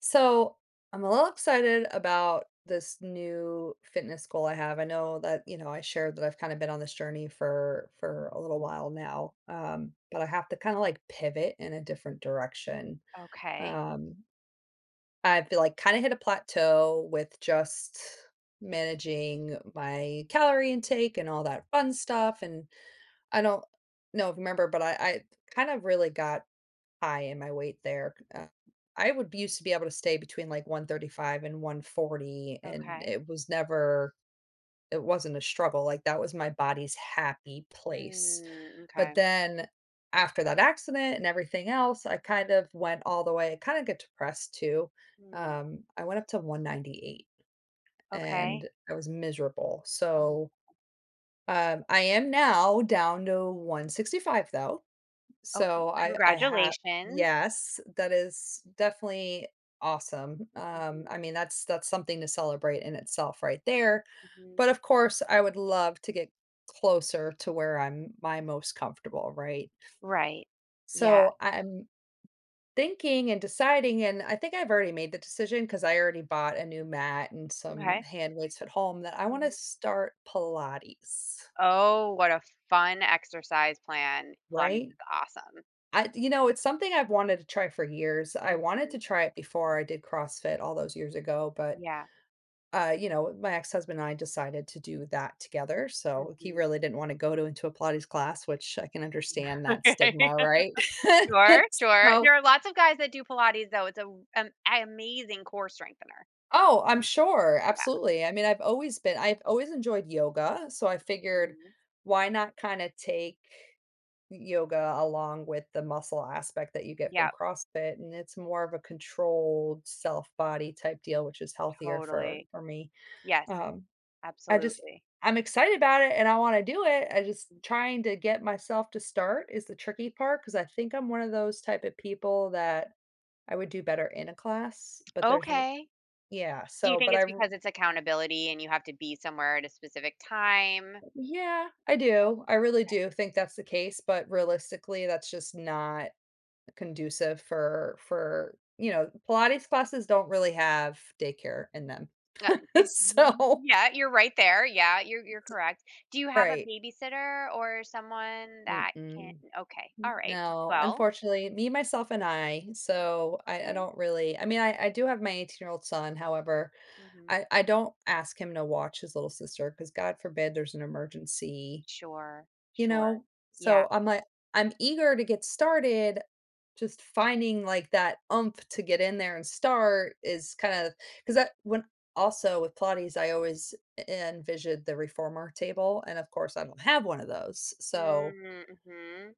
So I'm a little excited about this new fitness goal I have. I know that, you know, I shared that I've kind of been on this journey for a little while now. But I have to kind of like pivot in a different direction. Okay. Um, I've like kind of hit a plateau with just managing my calorie intake and all that fun stuff. And I don't know if you remember, but I kind of really got high in my weight there. I would be Mhm. used to be able to stay between like 135 and 140, and Okay. it wasn't a struggle. Like that was my body's happy place. Mm, But okay. then after that accident and everything else, I kind of went all the way, kind of get depressed too. Mm. I went up to 198 Okay. and I was miserable. Um, So I am now down to 165 though. oh, n So I have congratulations. yes, that is definitely awesome. Mhm, I mean, that's something to celebrate in itself right there. mhm. But of course, I would love to get closer to where I'm my most comfortable, right? Right. Yeah. So I'm thinking and deciding, and I think I've already made the decision because I already bought a new mat and some Okay. hand weights at home that I want to Mhm. start Pilates, Oh, what a fun exercise plan. Pilates right? is awesome. I You know, it's something I've wanted to try for years. I wanted to Mhm. try it before I did CrossFit all those years ago, but, Yeah. You know, my ex-husband and I decided to do that together, so he Mhm. really didn't wanna go to into a Pilates class, which I can understand that Okay. stigma, right? Sure, sure. So There are lots of guys that do Pilates, though. It's a an amazing core strengthener. oh, I'm sure, Yeah. absolutely. I mean, I've always enjoyed yoga, so I figured Mhm. why not kinda take yoga along with the muscle aspect that you get from Yep, CrossFit, and it's more of a controlled self body type deal, which is healthier for totally. for me. Yes, Um, I just absolutely. I'm excited about it and I wanna do it. I just Mm. trying to get myself to start is the tricky part because I think I'm one of those type of people that I would do better in a class, but there's r Okay. yeah, Do you so, think but it's I r because it's accountability and you have to be somewhere at a specific time? yeah, I do. I really do think that's the case, but Mm, realistically, that's just not conducive you know, Pilates classes don't really have daycare in them. It w So, yeah, you're right there. Yeah, you're correct. Do you have a right. babysitter or someone that can— Mm-mm. okay, alright, No, well, unfortunately, me, myself, and I. mm, So I okay, don't really. I mean, I do have my 18-year-old son. However, mhm, I don't ask him to watch his little sister because God forbid there's an emergency. sure, You sure, know? yeah. So I'm like, I'm eager to get started. Just finding like that oomph to get in there and start is kind of because that when also with Pilates, I always envisioned the reformer table. And of course, I don't have one of those. So Mm, mhm,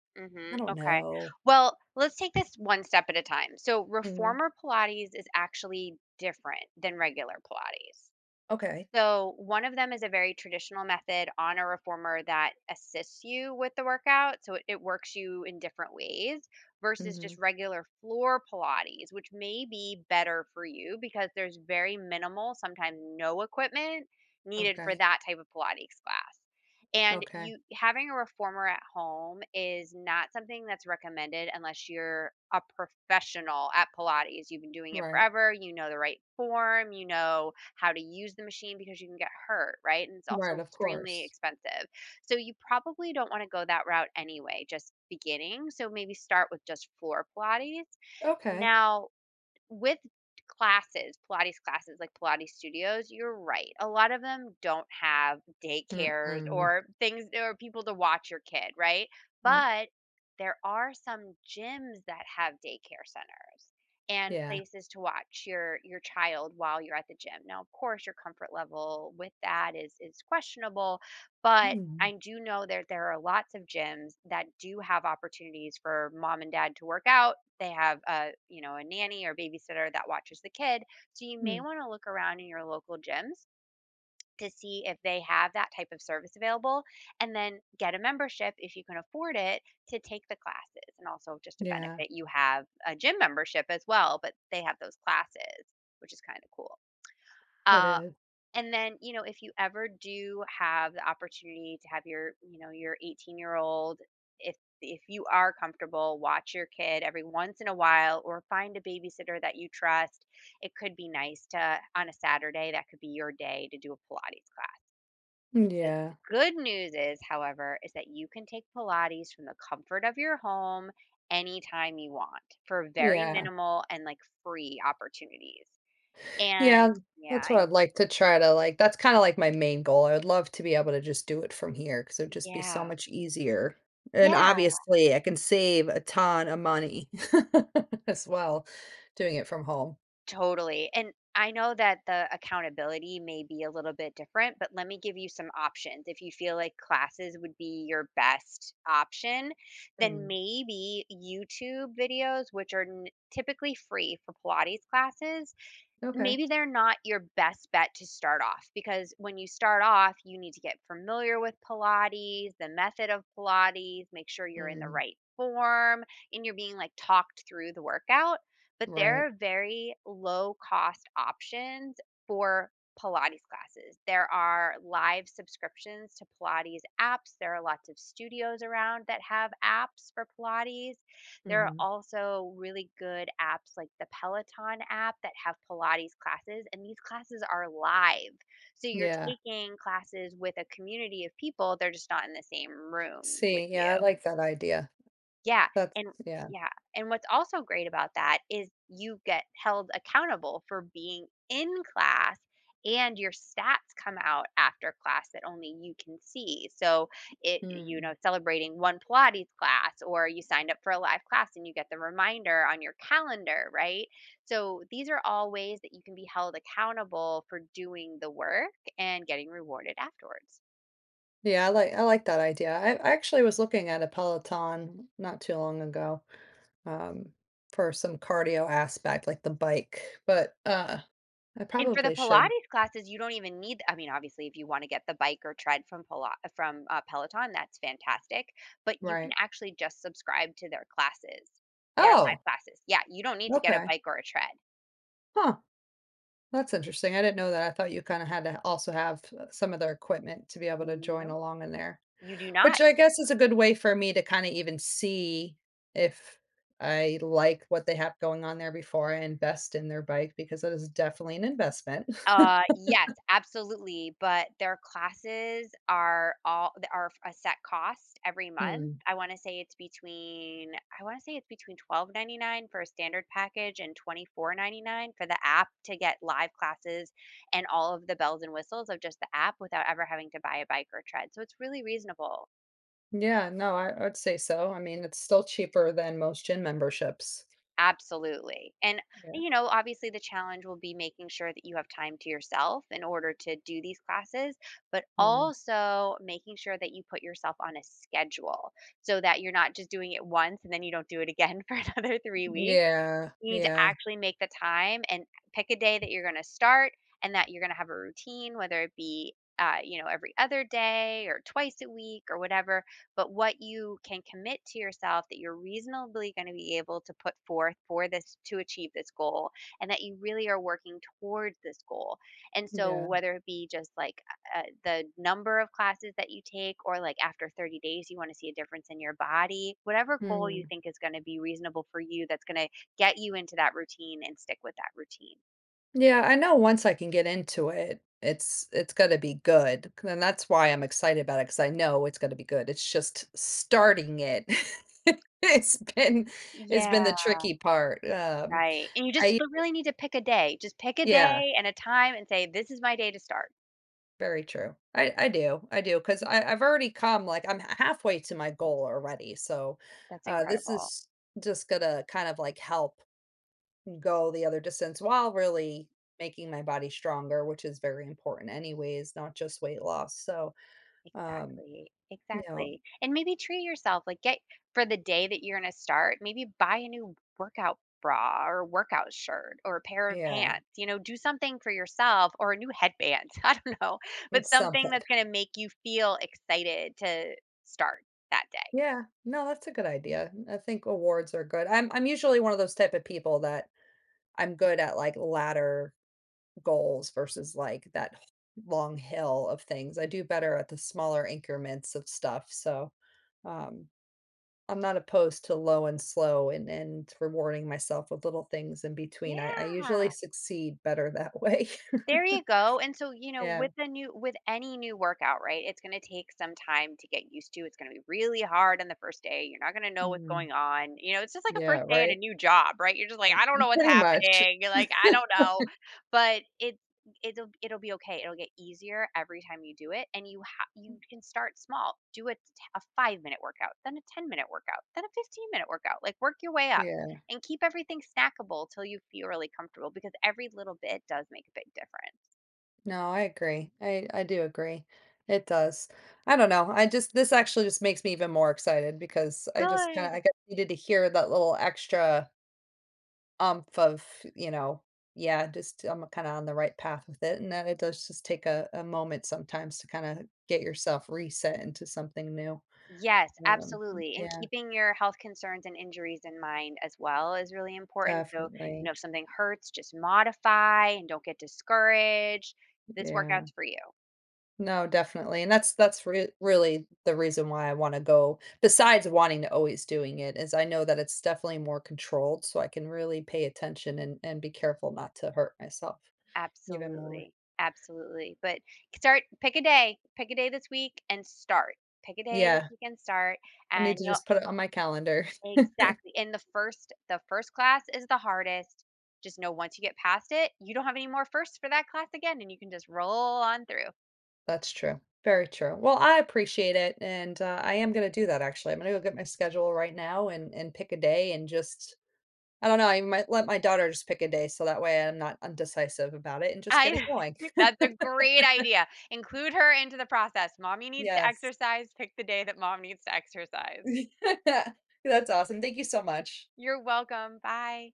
I mhm, don't okay. know. Well, let's take this one step at a time. So Mhm. reformer Pilates is actually different than regular Pilates. Okay. So, one of them is a very traditional method on a reformer that assists you with the workout. So, it works you in different ways versus Hmm. just regular floor Pilates, which may be better for you because there's very minimal, sometimes no equipment needed for Okay. that type of Pilates class. And Okay. you having a reformer at home is not something that's recommended unless you're a professional at Pilates. You've been doing it Right. forever, you know the right form, you know how to use the machine because you can get hurt, right? And it's Right. also Of extremely course. expensive. So you probably don't want to go that route anyway, just beginning. So maybe start with just floor Pilates. Okay. Now, with classes, Pilates classes, like Pilates studios, you're right. A lot of them don't have daycares Mm-mm. or things or people to watch your kid, right? Mm, But there are some gyms that have daycare centers and yeah. places to watch your child while you're at the gym. Now, of course, your comfort level with that is questionable, but Mm, I do know that there are lots of gyms that do have opportunities for mom and dad to work out. They have, a a nanny or babysitter that watches the kid, so you may mm. want to look around in your local gyms to see if they have that type of service available and then get a membership if you can afford it to take the classes and also just to Yeah. benefit you have a gym membership as well, but they have those classes, which is kind of cool. It uh, is. and then, you know, if you ever do have the opportunity to have your 18-year-old, if if you are comfortable, watch your kid every once in a while or find a babysitter that you trust. It could be nice to, on a Saturday, that could be your day to do a Pilates class. The Yeah. good news is, however, is that you can take Pilates from the comfort of your home anytime you want for very Yeah. minimal and like free opportunities. And Yeah, yeah, that's I what I'd like to try to like that's kinda like my main goal. I would love to be able to just do it from here because it would just be so yeah. much easier. And Yeah. obviously, I can save a ton of money as well doing it from home. Totally, and I know that the accountability may be a little bit different, but let me give you some options. If you feel like classes would be your best option, then Mhm. maybe YouTube videos, which are typically free for Pilates classes. Okay. Maybe they're not your best bet to start off because when you start off, you need to get familiar with Pilates, the method of Pilates, make sure you're in the Mm, right form and you're being like talked through the workout. But there right. are very low cost options for Pilates classes. There are live subscriptions to Pilates apps. There are lots of studios around that have apps for Pilates. There are Mhm. also really good apps like the Peloton app that have Pilates classes, and these classes are live. So you're Yeah. taking classes with a community of people, they're just not in the same room with See, you. yeah, I like that idea. Yeah, That's and yeah. yeah, what's also great about that is you get held accountable for being in class and your stats come out after class that only you can see. So, Mm. Celebrating one Pilates class or you signed up for a live class and you get the reminder on your calendar, right? So, these are all ways that you can be held accountable for doing the work and getting rewarded afterwards. Yeah, I like that idea. I actually was looking at a Peloton not too long ago. um, for some cardio aspect, like the bike, but, I And for the probably should, Pilates classes, you don't even need, I mean, obviously, if you wanna get the bike or tread from Peloton, that's fantastic, but you can right. actually just subscribe to their classes, their live Oh, classes. Yeah, you don't need to get a okay. bike or a tread. Huh, that's interesting. I didn't know that. I thought you kinda had to also have some of their equipment to be able to join Nope, along in there, you do which not. I guess is a good way for me to kinda even see if I like what they have going on there before I invest in their bike because that is definitely an investment. Yes, absolutely, but their classes are all th are a set cost every month. Mm. I wanna say it's between 12.99 for a standard package and 24.99 for the app to get live classes and all of the bells and whistles of just the app without ever having to buy a bike or tread, so it's really reasonable. Yeah, no, I would say so. I mean, it's still cheaper than most gym memberships. Absolutely. And, Yeah. you know, obviously the challenge will be making sure that you have time to yourself in order to do these classes, but Mm. also making sure that you put yourself on a schedule so that you're not just doing it once and then you don't do it again for another 3 weeks. Yeah, You need to yeah, actually make the time and pick a day that you're gonna start and that you're gonna have a routine, whether it be, you know, every other day or twice a week or whatever, but what you can commit to yourself that you're reasonably gonna be able to put forth for this to achieve this goal and that you really are working towards this goal. And so yeah. whether it be just like, the number of classes that you take or, like, after 30 days, you wanna see a difference in your body, whatever goal you Mm. think is gonna be reasonable for you that's gonna get you into that routine and stick with that routine. Yeah, I know once I can get into it, it's gonna be good, c and that's why I'm excited about it because I know it's gonna be good. It's just starting it. It's been it's Yeah, been the tricky part, right, and you just I but really need to pick a day. Just pick a yeah, day and a time and say, "This is my day to start." very true. I do because I I've already come, like, I'm halfway to my goal already, so, That's this incredible. is just gonna kind of, like, help go the other distance while really making my body stronger, which is very important anyways, not just weight loss. So, um, Exactly, you know, exactly, and maybe treat yourself, like, get for the day that you're gonna start, maybe buy a new workout bra or workout shirt or a pair of yeah, pants, you know, do something for yourself or a new headband, I don't know, but it's something. something that's gonna make you feel excited to start that day. Yeah, no, that's a good idea. I think awards are good. I'm usually one of those type of people that I'm good at like ladder goals versus like long hill of things. I do better at the smaller increments of stuff. So, um, I'm not opposed to low and slow and rewarding myself with little things in between. I Yeah. usually succeed better that way. There you go, and so, you know, Yeah. with a new with any new workout, right, it's gonna take some time to get used to, it's gonna be really hard on the first day, you're not gonna know what's Mm. going on, you know, it's just like a Yeah, first day at a right? new job, right? You're just like, "I don't know what's Pretty much. happening," you're like, "I don't know," but it'll be okay, it'll get easier every time you do it, and you can start small, do a 5-minute workout, then a 10-minute workout, then a 15-minute workout, like, work your way up Yeah. and keep everything snackable till you feel really comfortable because every little bit does make a big difference. No, I agree. I do agree. It does. I don't know. I just this actually just makes me even more excited because I just kinda Good. I guess needed to hear that little extra umph of, you know, yeah, just I'm kinda on the right path with it, and then it does just take a moment sometimes to kinda get yourself reset into something new. Yes, Um, absolutely. And yeah, keeping your health concerns and injuries in mind as well is really important. So, you definitely, know, if something hurts, just modify and don't get discouraged. This yeah. workout's for you. No, definitely, and that's re really the reason why I wanna go besides wanting to always doing it is I know that it's definitely more controlled, so I can really pay attention and be careful not to hurt myself even more. Absolutely. Absolutely. But start, pick a day this week and start. Pick a day this Yeah, week and start, I and need to you'll— just put it on my calendar. Exactly, and the first class is the hardest. Just know once you get past it, you don't have any more firsts for that class again, and you can just roll on through. That's true. Very true. Well, I appreciate it, and, I am gonna do that, actually. I'm gonna go get my schedule right now and pick a day and just I don't know, I might let my daughter just pick a day so that way I'm not undecisive about it and just get it I going. that's a great idea. Include her into the process. Mommy needs to Yes. exercise. Pick the day that mom needs to exercise. That's awesome. Thank you so much. You're welcome. Bye.